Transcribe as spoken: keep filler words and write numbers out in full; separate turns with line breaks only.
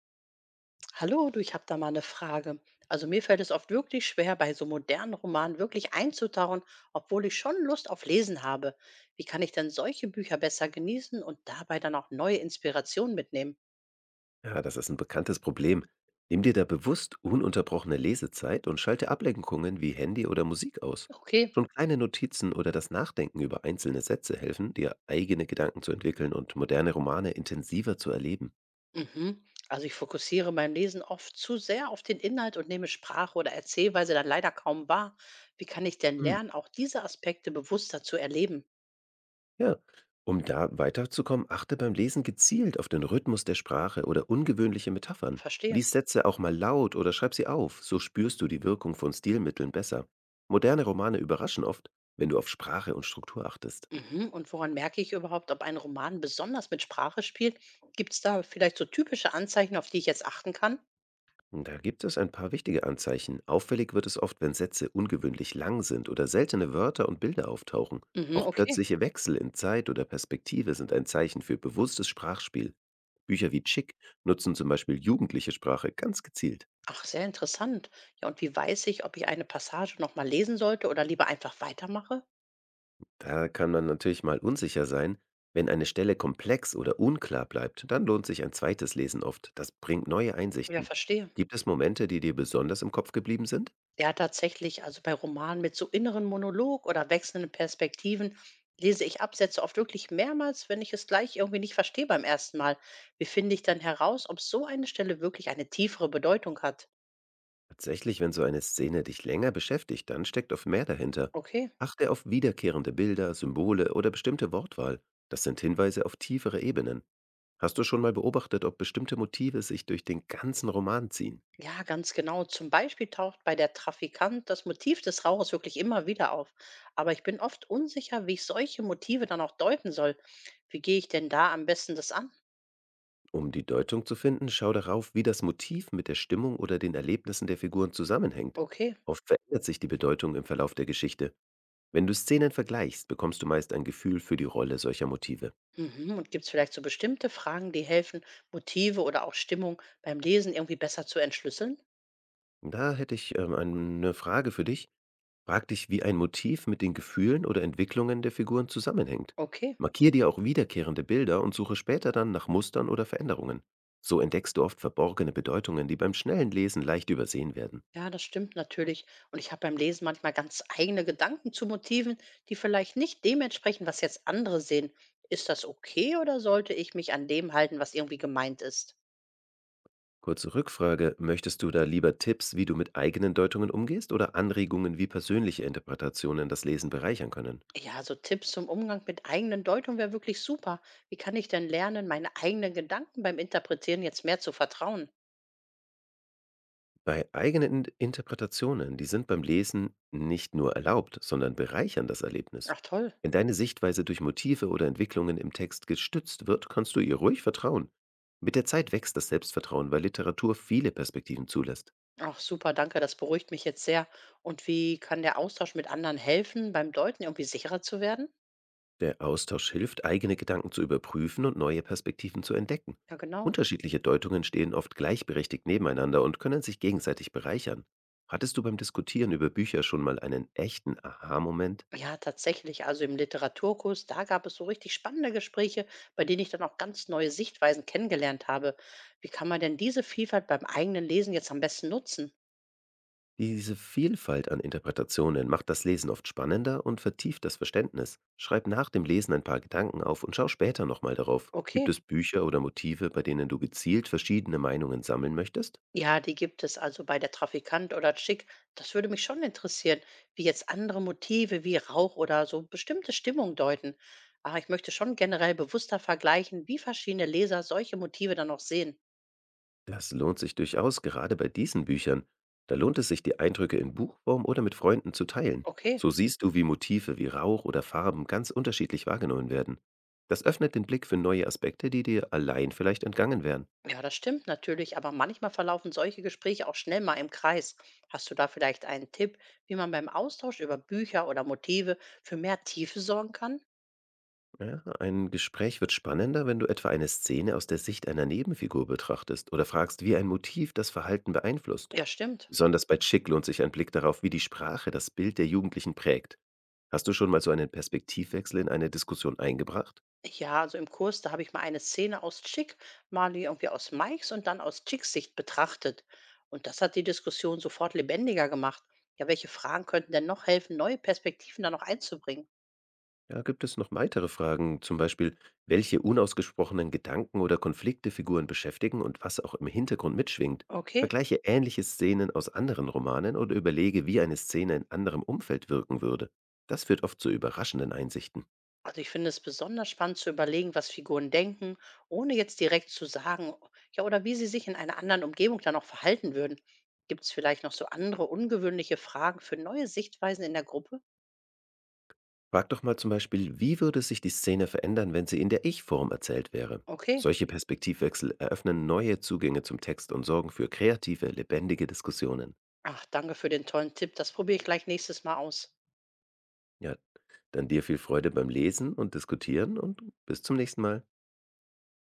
Hallo, du, ich habe da mal eine Frage. Also mir fällt es oft wirklich schwer, bei so modernen Romanen wirklich einzutauchen, obwohl ich schon Lust auf Lesen habe. Wie kann ich denn solche Bücher besser genießen und dabei dann auch neue Inspirationen mitnehmen?
Ja, das ist ein bekanntes Problem. Nimm dir da bewusst ununterbrochene Lesezeit und schalte Ablenkungen wie Handy oder Musik aus.
Okay.
Schon kleine Notizen oder das Nachdenken über einzelne Sätze helfen, dir eigene Gedanken zu entwickeln und moderne Romane intensiver zu erleben.
Mhm. Also ich fokussiere beim Lesen oft zu sehr auf den Inhalt und nehme Sprache oder Erzählweise dann leider kaum wahr. Wie kann ich denn
Hm.
lernen, auch diese Aspekte bewusster zu erleben?
Ja, um da weiterzukommen, achte beim Lesen gezielt auf den Rhythmus der Sprache oder ungewöhnliche Metaphern.
Verstehe.
Lies Sätze auch mal laut oder schreib sie auf, so spürst du die Wirkung von Stilmitteln besser. Moderne Romane überraschen oft, wenn du auf Sprache und Struktur achtest.
Mhm. Und woran merke ich überhaupt, ob ein Roman besonders mit Sprache spielt? Gibt es da vielleicht so typische Anzeichen, auf die ich jetzt achten kann?
Da gibt es ein paar wichtige Anzeichen. Auffällig wird es oft, wenn Sätze ungewöhnlich lang sind oder seltene Wörter und Bilder auftauchen.
Mhm,
Auch
okay.
plötzliche Wechsel in Zeit oder Perspektive sind ein Zeichen für bewusstes Sprachspiel. Bücher wie Chick nutzen zum Beispiel jugendliche Sprache ganz gezielt.
Ach, sehr interessant. Ja, und wie weiß ich, ob ich eine Passage nochmal lesen sollte oder lieber einfach weitermache?
Da kann man natürlich mal unsicher sein. Wenn eine Stelle komplex oder unklar bleibt, dann lohnt sich ein zweites Lesen oft. Das bringt neue
Ja,
Einsichten.
verstehe.
Gibt es Momente, die dir besonders im Kopf geblieben sind?
Ja, tatsächlich. Also bei Romanen mit so inneren Monolog oder wechselnden Perspektiven lese ich Absätze oft wirklich mehrmals, wenn ich es gleich irgendwie nicht verstehe beim ersten Mal. Wie finde ich dann heraus, ob so eine Stelle wirklich eine tiefere Bedeutung hat?
Tatsächlich, wenn so eine Szene dich länger beschäftigt, dann steckt oft mehr dahinter.
Okay.
Achte auf wiederkehrende Bilder, Symbole oder bestimmte Wortwahl. Das sind Hinweise auf tiefere Ebenen. Hast du schon mal beobachtet, ob bestimmte Motive sich durch den ganzen Roman ziehen?
Ja, ganz genau. Zum Beispiel taucht bei der Trafikant das Motiv des Rauchers wirklich immer wieder auf. Aber ich bin oft unsicher, wie ich solche Motive dann auch deuten soll. Wie gehe ich denn da am besten das an?
Um die Deutung zu finden, schau darauf, wie das Motiv mit der Stimmung oder den Erlebnissen der Figuren zusammenhängt.
Okay.
Oft verändert sich die Bedeutung im Verlauf der Geschichte. Wenn du Szenen vergleichst, bekommst du meist ein Gefühl für die Rolle solcher Motive.
Mhm. Und gibt es vielleicht so bestimmte Fragen, die helfen, Motive oder auch Stimmung beim Lesen irgendwie besser zu entschlüsseln?
Da hätte ich ähm, eine Frage für dich. Frag dich, wie ein Motiv mit den Gefühlen oder Entwicklungen der Figuren zusammenhängt.
Okay.
Markier dir auch wiederkehrende Bilder und suche später dann nach Mustern oder Veränderungen. So entdeckst du oft verborgene Bedeutungen, die beim schnellen Lesen leicht übersehen werden.
Ja, das stimmt natürlich. Und ich habe beim Lesen manchmal ganz eigene Gedanken zu Motiven, die vielleicht nicht dem entsprechen, was jetzt andere sehen. Ist das okay oder sollte ich mich an dem halten, was irgendwie gemeint ist?
Kurze Rückfrage, möchtest du da lieber Tipps, wie du mit eigenen Deutungen umgehst oder Anregungen, wie persönliche Interpretationen das Lesen bereichern können?
Ja, so Tipps zum Umgang mit eigenen Deutungen wäre wirklich super. Wie kann ich denn lernen, meine eigenen Gedanken beim Interpretieren jetzt mehr zu vertrauen?
Bei eigenen In Interpretationen, die sind beim Lesen nicht nur erlaubt, sondern bereichern das Erlebnis.
Ach toll.
Wenn deine Sichtweise durch Motive oder Entwicklungen im Text gestützt wird, kannst du ihr ruhig vertrauen. Mit der Zeit wächst das Selbstvertrauen, weil Literatur viele Perspektiven zulässt.
Ach super, danke, das beruhigt mich jetzt sehr. Und wie kann der Austausch mit anderen helfen, beim Deuten irgendwie sicherer zu werden?
Der Austausch hilft, eigene Gedanken zu überprüfen und neue Perspektiven zu entdecken.
Ja, genau.
Unterschiedliche Deutungen stehen oft gleichberechtigt nebeneinander und können sich gegenseitig bereichern. Hattest du beim Diskutieren über Bücher schon mal einen echten Aha-Moment?
Ja, tatsächlich. Also im Literaturkurs, da gab es so richtig spannende Gespräche, bei denen ich dann auch ganz neue Sichtweisen kennengelernt habe. Wie kann man denn diese Vielfalt beim eigenen Lesen jetzt am besten nutzen?
Diese Vielfalt an Interpretationen macht das Lesen oft spannender und vertieft das Verständnis. Schreib nach dem Lesen ein paar Gedanken auf und schau später nochmal darauf. Gibt
Okay.
es Bücher oder Motive, bei denen du gezielt verschiedene Meinungen sammeln möchtest?
Ja, die gibt es also bei der Trafikant oder Chic. Das würde mich schon interessieren, wie jetzt andere Motive wie Rauch oder so bestimmte Stimmung deuten. Aber ich möchte schon generell bewusster vergleichen, wie verschiedene Leser solche Motive dann auch sehen.
Das lohnt sich durchaus gerade bei diesen Büchern. Da lohnt es sich, die Eindrücke in Buchform oder mit Freunden zu teilen.
Okay,
So siehst du, wie Motive wie Rauch oder Farben ganz unterschiedlich wahrgenommen werden. Das öffnet den Blick für neue Aspekte, die dir allein vielleicht entgangen wären.
ja, das stimmt natürlich, aber manchmal verlaufen solche Gespräche auch schnell mal im Kreis. Hast du da vielleicht einen Tipp, wie man beim Austausch über Bücher oder Motive für mehr Tiefe sorgen kann?
Ja, ein Gespräch wird spannender, wenn du etwa eine Szene aus der Sicht einer Nebenfigur betrachtest oder fragst, wie ein Motiv das Verhalten beeinflusst.
Ja, stimmt.
Besonders bei Chick lohnt sich ein Blick darauf, wie die Sprache das Bild der Jugendlichen prägt. Hast du schon mal so einen Perspektivwechsel in eine Diskussion eingebracht?
Ja, also im Kurs, da habe ich mal eine Szene aus Chick, mal irgendwie aus Mikes und dann aus Chicks Sicht betrachtet. Und das hat die Diskussion sofort lebendiger gemacht. Ja, welche Fragen könnten denn noch helfen, neue Perspektiven da noch einzubringen?
Ja, gibt es noch weitere Fragen, zum Beispiel, welche unausgesprochenen Gedanken oder Konflikte Figuren beschäftigen und was auch im Hintergrund mitschwingt?
Okay.
Vergleiche ähnliche Szenen aus anderen Romanen oder überlege, wie eine Szene in anderem Umfeld wirken würde. Das führt oft zu überraschenden Einsichten.
Also ich finde es besonders spannend zu überlegen, was Figuren denken, ohne jetzt direkt zu sagen, ja, oder wie sie sich in einer anderen Umgebung dann auch verhalten würden. Gibt es vielleicht noch so andere ungewöhnliche Fragen für neue Sichtweisen in der Gruppe?
Frag doch mal zum Beispiel, wie würde sich die Szene verändern, wenn sie in der Ich-Form erzählt wäre?
Okay.
Solche Perspektivwechsel eröffnen neue Zugänge zum Text und sorgen für kreative, lebendige Diskussionen.
Ach, danke für den tollen Tipp. Das probiere ich gleich nächstes Mal aus.
Ja, dann dir viel Freude beim Lesen und Diskutieren und bis zum nächsten Mal.